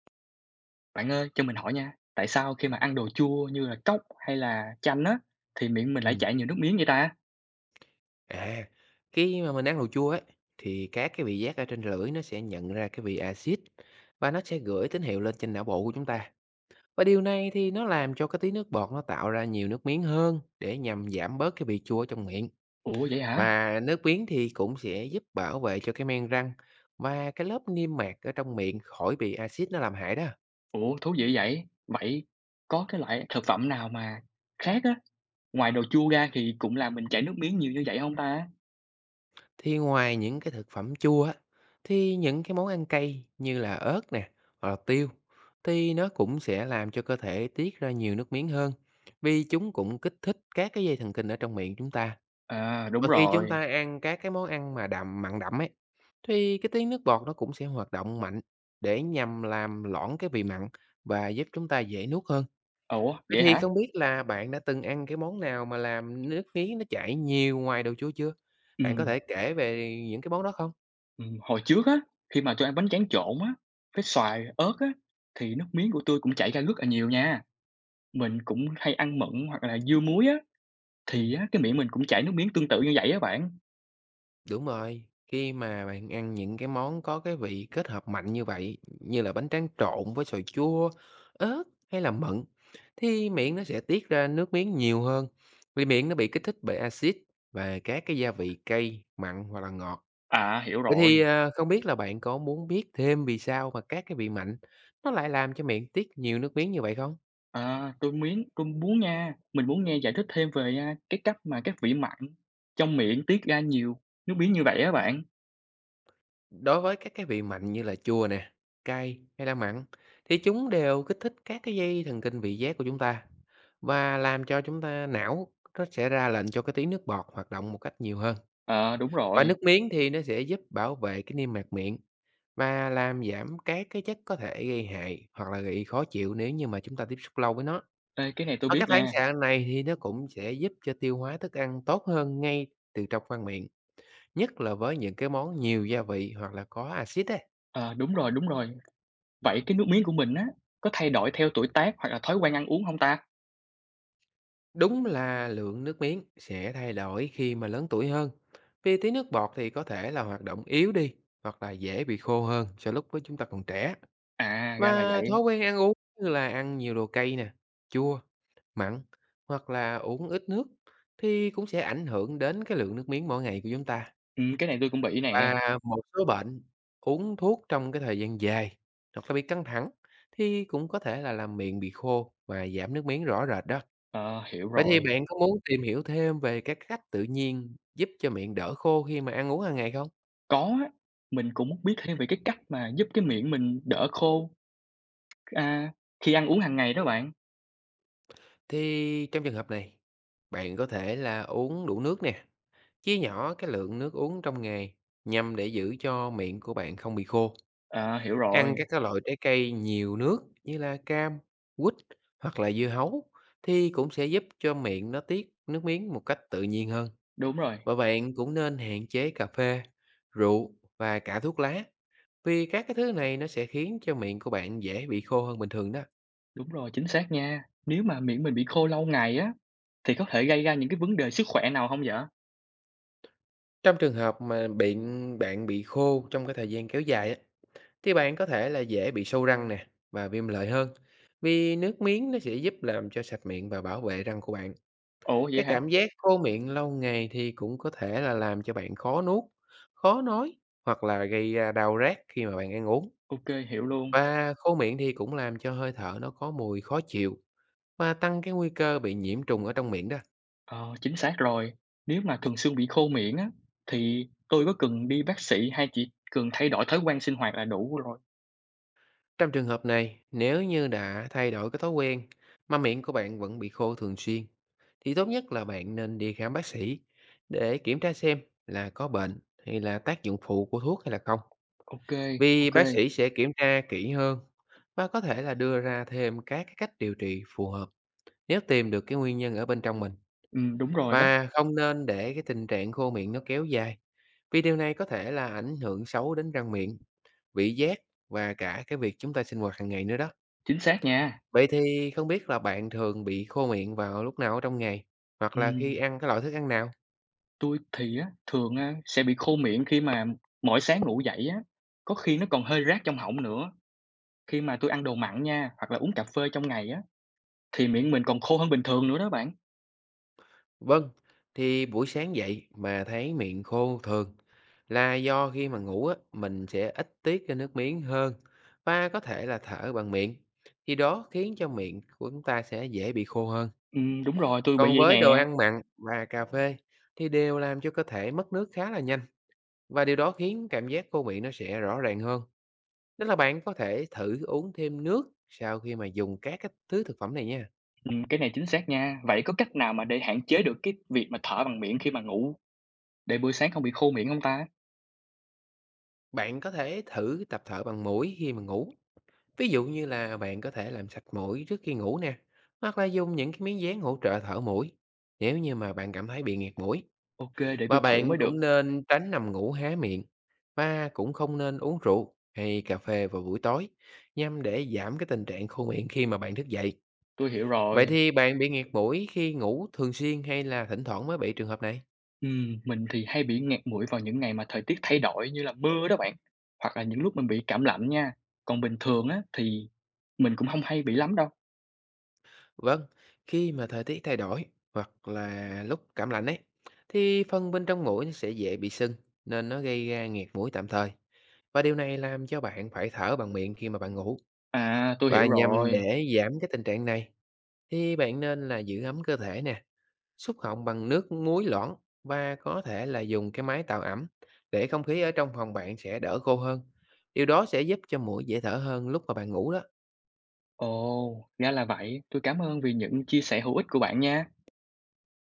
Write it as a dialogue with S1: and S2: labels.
S1: Bạn ơi, cho mình hỏi nha, tại sao khi mà ăn đồ chua như là cốc hay là chanh á, thì miệng mình lại
S2: Ừm,
S1: chảy nhiều nước miếng vậy ta?
S2: À, khi mà mình ăn đồ chua ấy, thì các cái vị giác ở trên lưỡi nó sẽ nhận ra cái vị axit và nó sẽ gửi tín hiệu lên trên não bộ của chúng ta. Và điều này thì nó làm cho cái tí nước bọt nó tạo ra nhiều nước miếng hơn để nhằm giảm bớt cái vị chua ở trong miệng.
S1: Ủa vậy hả?
S2: Và nước miếng thì cũng sẽ giúp bảo vệ cho cái men răng và cái lớp niêm mạc ở trong miệng khỏi bị axit nó làm hại đó.
S1: Ủa thú vị vậy. Vậy có cái loại thực phẩm nào mà khác á, ngoài đồ chua ra thì cũng làm mình chảy nước miếng nhiều như vậy không ta?
S2: Thì ngoài những cái thực phẩm chua á, thì những cái món ăn cay như là ớt nè, hoặc là tiêu, thì nó cũng sẽ làm cho cơ thể tiết ra nhiều nước miếng hơn, vì chúng cũng kích thích các cái dây thần kinh ở trong miệng chúng ta.
S1: À, đúng
S2: Và khi chúng
S1: rồi.
S2: ta ăn các cái món ăn mà đậm, mặn đậm ấy, thì cái tiếng nước bọt nó cũng sẽ hoạt động mạnh để nhằm làm loãng cái vị mặn và giúp chúng ta dễ nuốt hơn.
S1: Ủa
S2: Vậy
S1: vậy
S2: thì
S1: hả?
S2: không biết là bạn đã từng ăn cái món nào mà làm nước miếng nó chảy nhiều ngoài đồ chua chưa? Bạn có
S1: Ừm,
S2: thể kể về những cái món đó không?
S1: hồi trước á, khi mà tôi ăn bánh tráng trộn á, với xoài, ớt á, thì nước miếng của tôi cũng chảy ra rất là nhiều nha. Mình cũng hay ăn mận hoặc là dưa muối á, thì
S2: Ừm,
S1: á, cái miệng mình cũng chảy nước miếng tương tự như vậy á bạn.
S2: đúng rồi, khi mà bạn ăn những cái món có cái vị kết hợp mạnh như vậy, như là bánh tráng trộn với xoài chua, ớt hay là mận, thì miệng nó sẽ tiết ra nước miếng nhiều hơn, vì miệng nó bị kích thích bởi axit và các cái gia vị cay, mặn hoặc là ngọt.
S1: À, hiểu
S2: Vậy thì,
S1: rồi.
S2: không biết là bạn có muốn biết thêm vì sao mà các cái vị mặn nó lại làm cho miệng tiết nhiều nước miếng như vậy không?
S1: À, tôi muốn nha, mình muốn nghe giải thích thêm về, cái cách mà các vị mặn trong miệng tiết ra nhiều nước miếng như vậy á bạn.
S2: Đối với các cái vị mặn như là chua nè, cay hay là mặn thì chúng đều kích thích các cái dây thần kinh vị giác của chúng ta và làm cho chúng ta não nó sẽ ra lệnh cho cái tiếng nước bọt hoạt động một cách nhiều hơn.
S1: Ờ, đúng
S2: Và
S1: rồi.
S2: nước miếng thì nó sẽ giúp bảo vệ cái niêm mạc miệng và làm giảm các cái chất có thể gây hại hoặc là gây khó chịu nếu như mà chúng ta tiếp xúc lâu với nó.
S1: Ê, cái này tôi
S2: Ờ,
S1: biết
S2: cái phản
S1: nha.
S2: xạ này thì nó cũng sẽ giúp cho tiêu hóa thức ăn tốt hơn ngay từ trong khoang miệng, nhất là với những cái món nhiều gia vị hoặc là có axit ấy.
S1: Ờ, đúng rồi, đúng rồi. Vậy cái nước miếng của mình á, có thay đổi theo tuổi tác hoặc là thói quen ăn uống không ta?
S2: Đúng là lượng nước miếng sẽ thay đổi khi mà lớn tuổi hơn, vì tí nước bọt thì có thể là hoạt động yếu đi hoặc là dễ bị khô hơn so lúc với chúng ta còn trẻ.
S1: À, ra là
S2: Và thói
S1: vậy.
S2: quen ăn uống như là ăn nhiều đồ cay nè, chua, mặn hoặc là uống ít nước thì cũng sẽ ảnh hưởng đến cái lượng nước miếng mỗi ngày của chúng ta.
S1: Cái này tôi cũng bị nè.
S2: Và một số bệnh uống thuốc trong cái thời gian dài hoặc là bị căng thẳng thì cũng có thể là làm miệng bị khô và giảm nước miếng rõ rệt đó.
S1: Ờ, hiểu
S2: Vậy thì
S1: rồi.
S2: bạn có muốn tìm hiểu thêm về các cách tự nhiên giúp cho miệng đỡ khô khi mà ăn uống hàng ngày không?
S1: Có á, mình cũng muốn biết thêm về cái cách mà giúp cái miệng mình đỡ khô, a, khi ăn uống hàng ngày đó bạn.
S2: Thì trong trường hợp này, bạn có thể là uống đủ nước nè, chia nhỏ cái lượng nước uống trong ngày nhằm để giữ cho miệng của bạn không bị khô.
S1: Ờ, hiểu rồi,
S2: Ăn các cái loại trái cây nhiều nước như là cam, quýt hoặc là dưa hấu thì cũng sẽ giúp cho miệng nó tiết nước miếng một cách tự nhiên hơn.
S1: đúng rồi.
S2: Và bạn cũng nên hạn chế cà phê, rượu và cả thuốc lá vì các cái thứ này nó sẽ khiến cho miệng của bạn dễ bị khô hơn bình thường đó.
S1: Đúng rồi, chính xác nha. Nếu mà miệng mình bị khô lâu ngày á, thì có thể gây ra những cái vấn đề sức khỏe nào không vậy?
S2: Trong trường hợp mà miệng bạn bị khô trong cái thời gian kéo dài á, thì bạn có thể là dễ bị sâu răng nè và viêm lợi hơn vì nước miếng nó sẽ giúp làm cho sạch miệng và bảo vệ răng của bạn.
S1: Ồ vậy
S2: Cái
S1: hả?
S2: cảm giác khô miệng lâu ngày thì cũng có thể là làm cho bạn khó nuốt, khó nói hoặc là gây ra đau rát khi mà bạn ăn uống.
S1: OK, hiểu luôn.
S2: Và khô miệng thì cũng làm cho hơi thở nó có mùi khó chịu và tăng cái nguy cơ bị nhiễm trùng ở trong miệng đó.
S1: Ờ, chính xác rồi. Nếu mà thường xuyên bị khô miệng á, thì tôi có cần đi bác sĩ hay chỉ cần thay đổi thói quen sinh hoạt là đủ rồi?
S2: Trong trường hợp này, nếu như đã thay đổi cái thói quen mà miệng của bạn vẫn bị khô thường xuyên thì tốt nhất là bạn nên đi khám bác sĩ để kiểm tra xem là có bệnh hay là tác dụng phụ của thuốc hay là không.
S1: OK,
S2: Vì
S1: OK. Ô,
S2: bác sĩ sẽ kiểm tra kỹ hơn và có thể là đưa ra thêm các cái cách điều trị phù hợp nếu tìm được cái nguyên nhân ở bên trong mình.
S1: đúng rồi đó,
S2: Và không nên để cái tình trạng khô miệng nó kéo dài, vì điều này có thể là ảnh hưởng xấu đến răng miệng, vị giác và cả cái việc chúng ta sinh hoạt hàng ngày nữa đó.
S1: chính xác nha.
S2: Vậy thì không biết là bạn thường bị khô miệng vào lúc nào ở trong ngày, hoặc là khi
S1: Ừm,
S2: ăn cái loại thức ăn nào?
S1: tui thì á, thường, sẽ bị khô miệng khi mà mỗi sáng ngủ dậy á, có khi nó còn hơi rát trong họng nữa khi mà tôi ăn đồ mặn nha, hoặc là uống cà phê trong ngày á. Thì miệng mình còn khô hơn bình thường nữa đó bạn.
S2: Vâng, thì buổi sáng dậy mà thấy miệng khô thường là do khi mà ngủ á, mình sẽ ít tiết ra nước miếng hơn và có thể là thở bằng miệng. Thì đó khiến cho miệng của chúng ta sẽ dễ bị khô hơn.
S1: Đúng rồi, tôi
S2: Còn
S1: bị vậy
S2: với đồ
S1: nè.
S2: ăn mặn và cà phê thì đều làm cho cơ thể mất nước khá là nhanh và điều đó khiến cảm giác khô miệng nó sẽ rõ ràng hơn. Nên là bạn có thể thử uống thêm nước sau khi mà dùng các cái thứ thực phẩm này nha.
S1: Cái này chính xác nha. Vậy có cách nào mà để hạn chế được cái việc mà thở bằng miệng khi mà ngủ, để buổi sáng không bị khô miệng hông ta?
S2: Bạn có thể thử tập thở bằng mũi khi mà ngủ. Ví dụ như là bạn có thể làm sạch mũi trước khi ngủ nè, hoặc là dùng những cái miếng dán hỗ trợ thở mũi nếu như mà bạn cảm thấy bị nghẹt mũi.
S1: OK, để tôi
S2: Và
S1: thử
S2: bạn
S1: mới được.
S2: cũng nên tránh nằm ngủ há miệng và cũng không nên uống rượu hay cà phê vào buổi tối nhằm để giảm cái tình trạng khô miệng khi mà bạn thức dậy.
S1: Tôi hiểu
S2: Vậy
S1: rồi.
S2: thì bạn bị nghẹt mũi khi ngủ thường xuyên hay là thỉnh thoảng mới bị trường hợp này?
S1: Mình thì hay bị nghẹt mũi vào những ngày mà thời tiết thay đổi như là mưa đó bạn, hoặc là những lúc mình bị cảm lạnh nha. Còn bình thường á, thì mình cũng không hay bị lắm đâu.
S2: Vâng, khi mà thời tiết thay đổi hoặc là lúc cảm lạnh ấy thì phân bên trong mũi nó sẽ dễ bị sưng nên nó gây ra nghẹt mũi tạm thời. Và điều này làm cho bạn phải thở bằng miệng khi mà bạn ngủ.
S1: À, tôi
S2: Và
S1: hiểu
S2: nhằm
S1: rồi.
S2: để giảm cái tình trạng này thì bạn nên là giữ ấm cơ thể nè, súc họng bằng nước muối loãng và có thể là dùng cái máy tạo ẩm để không khí ở trong phòng bạn sẽ đỡ khô hơn. Điều đó sẽ giúp cho mũi dễ thở hơn lúc mà bạn ngủ đó.
S1: Ồ, ra là vậy. Tôi cảm ơn vì những chia sẻ hữu ích của bạn nha.